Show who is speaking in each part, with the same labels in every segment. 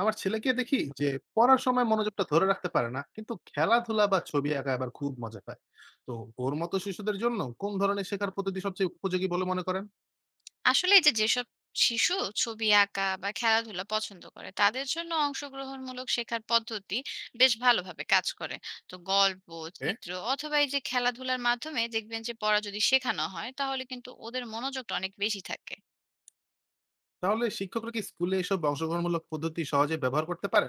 Speaker 1: আমার ছেলেকে দেখি যে পড়ার সময় মনোযোগটা ধরে রাখতে পারে না, কিন্তু খেলাধুলা বা ছবি আঁকা আবার খুব মজা পায়। তো ওর মতো শিশুদের জন্য কোন ধরনের শেখার পদ্ধতি সবচেয়ে উপযোগী বলে মনে করেন?
Speaker 2: আসলে এই যে যেসব শিশু ছবি আঁকা বা খেলাধুলা পছন্দ করে তাদের জন্য অংশগ্রহণমূলক শেখার পদ্ধতি বেশ ভালোভাবে কাজ করে। তো গল্প,
Speaker 1: এ
Speaker 2: চিত্র অথবা এই যে খেলাধুলার মাধ্যমে দেখবেন যে পড়া যদি শেখানো হয় তাহলে কিন্তু ওদের মনোযোগটা অনেক বেশি থাকে।
Speaker 1: তাহলে শিক্ষকরা কি স্কুলে এসব অংশগ্রহণমূলক পদ্ধতি সহজে ব্যবহার করতে পারে?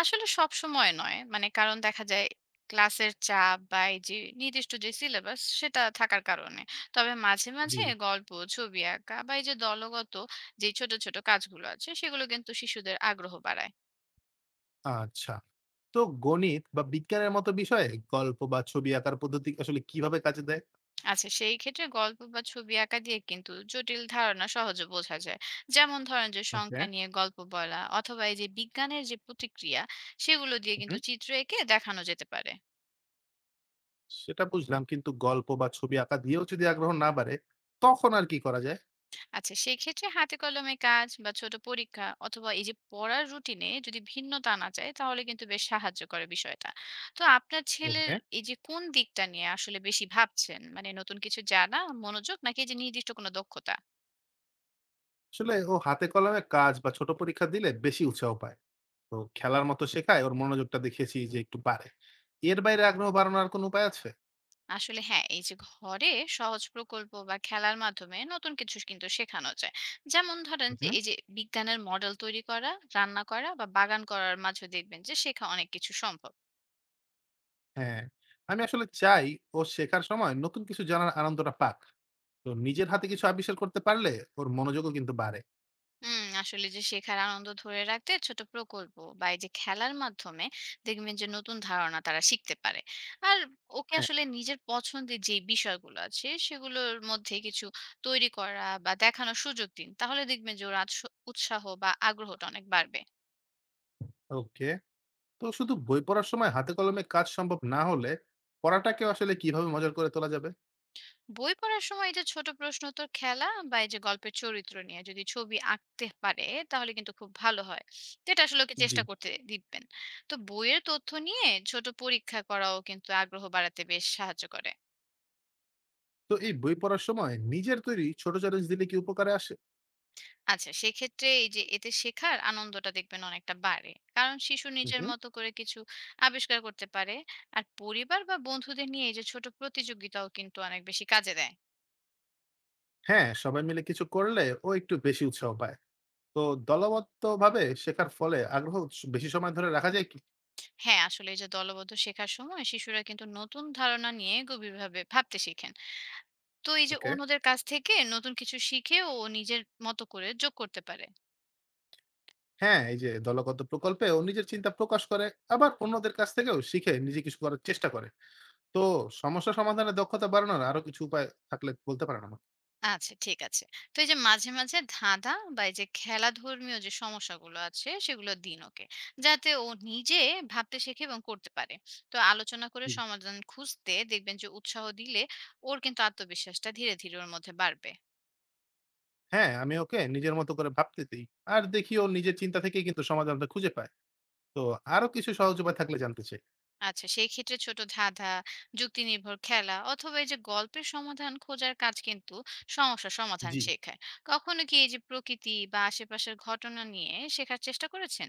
Speaker 2: আসলে সব সময় নয়, মানে কারণ দেখা যায় ক্লাসের চাপ বা এই যে নির্দিষ্ট যে সিলেবাস সেটা থাকার কারণে। তবে মাঝে মাঝে
Speaker 1: জি।
Speaker 2: গল্প, ছবি আঁকা বা এই যে দলগত যে ছোট ছোট কাজগুলো আছে সেগুলো কিন্তু শিশুদের আগ্রহ বাড়ায়।
Speaker 1: আচ্ছা, তো গণিত বা বিজ্ঞানের মতো বিষয়ে গল্প বা ছবি আঁকার পদ্ধতি আসলে কিভাবে কাজে দেয়?
Speaker 2: আচ্ছা, সেই ক্ষেত্রে গল্প বা ছবি আঁকা দিয়ে কিন্তু জটিল ধারণা সহজে বোঝা যায়। যেমন ধরেন যে
Speaker 1: ওকে।
Speaker 2: সংখ্যা নিয়ে গল্প বলা অথবা এই যে বিজ্ঞানের যে প্রতিক্রিয়া, সেগুলো দিয়ে কিন্তু
Speaker 1: হুম,
Speaker 2: চিত্র এঁকে দেখানো যেতে পারে।
Speaker 1: সেটা বুঝলাম, কিন্তু গল্প বা ছবি আঁকা দিয়েও যদি আগ্রহ না বাড়ে, তখন আর কি করা যায়?
Speaker 2: আচ্ছা, সেই ক্ষেত্রে হাতে কলমে কাজ বা ছোট পরীক্ষা অথবা এই যে পড়ার রুটিনে যদি ভিন্নতা আনা যায় তাহলে কিন্তু বেশ সাহায্য করে বিষয়টা। তো আপনার ছেলের
Speaker 1: ওকে।
Speaker 2: এই যে কোন দিকটা নিয়ে আসলে বেশি ভাবছেন, মানে নতুন কিছু জানা, মনোযোগ নাকি এই যে নির্দিষ্ট কোনো দক্ষতা?
Speaker 1: আসলে ও হাতে কলমে কাজ বা ছোট পরীক্ষা দিলে বেশি উৎসাহ পায়। তো খেলার মতো শেখায় ওর মনোযোগটা দেখেছি যে একটু বাড়ে। এর বাইরে আগ্রহ বাড়ানোর কোনো উপায় আছে?
Speaker 2: আসলে হ্যাঁ, এই যে ঘরে সহজ প্রকল্প বা খেলার মাধ্যমে নতুন কিছু কিন্তু শেখানো যায়। যেমন ধরেন যে
Speaker 1: হুম
Speaker 2: এই যে বিজ্ঞানের মডেল তৈরি করা, রান্না করা বা বাগান করার মাঝে দেখবেন যে শেখা অনেক কিছু সম্ভব।
Speaker 1: হ্যাঁ, আমি আসলে চাই ও শেখার সময় নতুন কিছু জানার আনন্দটা পাক। তো নিজের হাতে কিছু আবিষ্কার করতে পারলে ওর মনোযোগও কিন্তু বাড়ে।
Speaker 2: হুম, আসলে যে শেখার আনন্দ ধরে রাখতে ছোট প্রকল্প বা এই যে খেলার মাধ্যমে দেখবেন যে নতুন ধারণা তারা শিখতে পারে। আর ওকে
Speaker 1: হ্যাঁ।
Speaker 2: আসলে নিজের পছন্দের যে বিষয়গুলো আছে সেগুলোর মধ্যে কিছু তৈরি করা বা দেখানোর সুযোগ দিন, তাহলে দেখবেন যে ওর উৎসাহ বা আগ্রহটা অনেক বাড়বে।
Speaker 1: ওকে, তো শুধু বই পড়ার সময় হাতে কলমে কাজ সম্ভব না হলে পড়াটাকে আসলে কিভাবে মজার করে তোলা যাবে?
Speaker 2: বই পড়ার সময় এই যে ছোট প্রশ্নোত্তর খেলা বা এই যে গল্পের চরিত্র নিয়ে যদি ছবি আঁকতে পারে তাহলে কিন্তু খুব ভালো হয়। তো এটা আসলে ওকে
Speaker 1: জি।
Speaker 2: চেষ্টা করতে দিবেন। তো বইয়ের তথ্য নিয়ে ছোট পরীক্ষা করাও কিন্তু আগ্রহ বাড়াতে বেশ সাহায্য করে।
Speaker 1: তো এই বই পড়ার সময় নিজের তৈরি ছোট চ্যালেঞ্জ দিলে কি উপকারে
Speaker 2: আচ্ছা, সেক্ষেত্রে এই যে এতে শেখার আনন্দটা দেখবেন অনেকটা বাড়ে, কারণ শিশু নিজের
Speaker 1: আসে?
Speaker 2: মতো করে কিছু আবিষ্কার করতে পারে। আর পরিবার বা বন্ধুদের নিয়ে এই যে ছোট প্রতিযোগিতাও কিন্তু অনেক বেশি কাজে দেয়।
Speaker 1: হ্যাঁ, সবাই মিলে কিছু করলে ও একটু বেশি উৎসাহ পায়। তো দলবদ্ধ ভাবে শেখার ফলে আগ্রহ বেশি সময় ধরে রাখা যায় কি?
Speaker 2: হ্যাঁ, আসলে এই যে দলবদ্ধ শেখার সময় শিশুরা কিন্তু নতুন ধারণা নিয়ে গভীরভাবে ভাবতে শিখেন। তো এই যে
Speaker 1: ওকে।
Speaker 2: অন্যদের কাছ থেকে নতুন কিছু শিখে ও নিজের মতো করে যোগ করতে পারে।
Speaker 1: হ্যাঁ, এই যে দলগত প্রকল্পে ও নিজের চিন্তা প্রকাশ করে, আবার অন্যদের কাছ থেকেও শিখে নিজে কিছু করার চেষ্টা করে। তো সমস্যা সমাধানের দক্ষতা বাড়ানোর আরো কিছু উপায় থাকলে বলতে পারেন আমাকে।
Speaker 2: আচ্ছা, ঠিক আছে। তো এই যে মাঝে মাঝে ধাঁধা বা এই যে খেলা ধর্মীয় যে সমস্যাগুলো আছে সেগুলো দিন ওকে, যাতে ও নিজে ভাবতে শেখে এবং করতে পারে। তো আলোচনা করে
Speaker 1: হুম।
Speaker 2: সমাধান খুঁজতে দেখবেন যে উৎসাহ দিলে ওর কিন্তু আত্মবিশ্বাসটা ধীরে ধীরে ওর মধ্যে বাড়বে।
Speaker 1: হ্যাঁ, আমি ওকে নিজের মতো করে ভাবতে দিই, আর দেখি ও নিজের চিন্তা থেকেই কিন্তু সমাধানটা খুঁজে পায়। তো আরো কিছু সহজ উপায় থাকলে জানতে চাই।
Speaker 2: আচ্ছা, সেই ক্ষেত্রে ছোট ধাঁধা, যুক্তি নির্ভর খেলা অথবা এই যে গল্পের সমাধান খোঁজার কাজ কিন্তু সমস্যা সমাধান
Speaker 1: জি।
Speaker 2: শেখায়। কখনো কি এই যে প্রকৃতি বা আশেপাশের ঘটনা নিয়ে শেখার চেষ্টা করেছেন?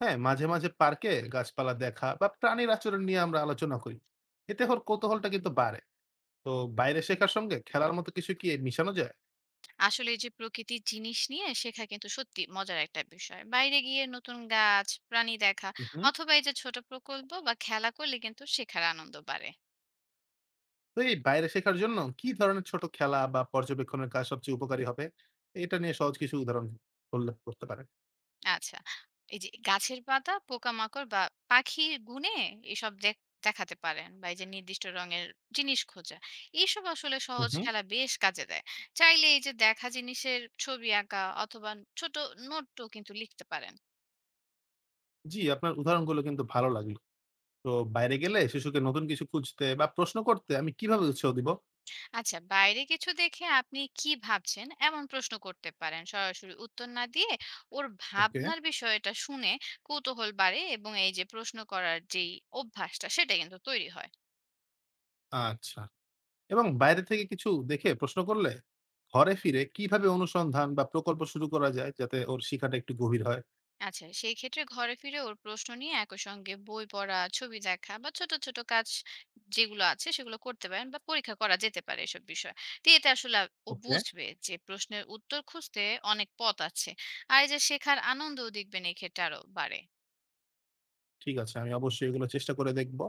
Speaker 1: হ্যাঁ, মাঝে মাঝে পার্কে গাছপালা দেখা বা প্রাণীর আচরণ নিয়ে আমরা আলোচনা করি। এতে ওর কৌতূহলটা কিন্তু বাড়ে। তো বাইরে শেখার সঙ্গে খেলার মতো কিছু কি মিশানো যায়?
Speaker 2: আসলে এই যে প্রকৃতির জিনিস নিয়ে শেখা কিন্তু সত্যি মজার একটা বিষয়। বাইরে গিয়ে নতুন গাছ, প্রাণী দেখা
Speaker 1: হুম।
Speaker 2: অথবা এই যে ছোট প্রকল্প বা খেলা করলে কিন্তু শেখার আনন্দ বাড়ে।
Speaker 1: তো এই বাইরে শেখার জন্য কি ধরনের ছোট খেলা বা পর্যবেক্ষণের কাজ সবচেয়ে উপকারী হবে? এটা নিয়ে সহজ কিছু উদাহরণ উল্লেখ করতে পারেন।
Speaker 2: আচ্ছা। এই যে গাছের পাতা, পোকামাকড় বা পাখির গুণে এসব দেখাতে পারেন বা এই যে নির্দিষ্ট রঙের জিনিস খোঁজা। এইসব আসলে
Speaker 1: হুম,
Speaker 2: সহজ
Speaker 1: হুম।
Speaker 2: খেলা বেশ কাজে দেয়। চাইলে এই যে দেখা জিনিসের ছবি আঁকা অথবা ছোট নোটও কিন্তু লিখতে পারেন।
Speaker 1: জি, আপনার উদাহরণগুলো কিন্তু ভালো লাগলো। তো বাইরে গেলে শিশুকে নতুন কিছু খুঁজতে বা প্রশ্ন করতে আমি কিভাবে উৎসাহ দিব?
Speaker 2: আচ্ছা, বাইরে কিছু দেখে আপনি কি ভাবছেন, এমন প্রশ্ন করতে পারেন। সরাসরি উত্তর না দিয়ে ওর
Speaker 1: ওকে।
Speaker 2: ভাবনার বিষয়টা শুনে কৌতূহল বাড়ে এবং এই যে প্রশ্ন করার যেই অভ্যাসটা সেটা কিন্তু তৈরি হয়।
Speaker 1: আচ্ছা, এবং বাইরে থেকে কিছু দেখে প্রশ্ন করলে ঘরে ফিরে কিভাবে অনুসন্ধান বা প্রকল্প শুরু করা যায়, যাতে ওর শিক্ষাটা একটু গভীর হয়?
Speaker 2: আচ্ছা, সেই ক্ষেত্রে ঘরে ফিরে ওর প্রশ্ন নিয়ে একই সঙ্গে বই পড়া, ছবি দেখা বা ছোট ছোট কাজ যেগুলো আছে সেগুলো করতে পারেন বা পরীক্ষা করা যেতে পারে এসব বিষয়। তো এতে আসলে ও
Speaker 1: ওকে,
Speaker 2: বুঝবে যে প্রশ্নের উত্তর খুঁজতে অনেক পথ আছে। আর এই যে শেখার আনন্দও দেখবেন এই ক্ষেত্রে আরো বাড়ে।
Speaker 1: ঠিক আছে। আমি অবশ্যই এগুলো চেষ্টা করে দেখব।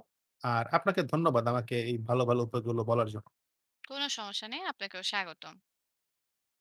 Speaker 1: আর আপনাকে ধন্যবাদ আমাকে এই ভালো ভালো উপায়গুলো বলার জন্য।
Speaker 2: কোনো সমস্যা নেই, আপনাকেও স্বাগতম।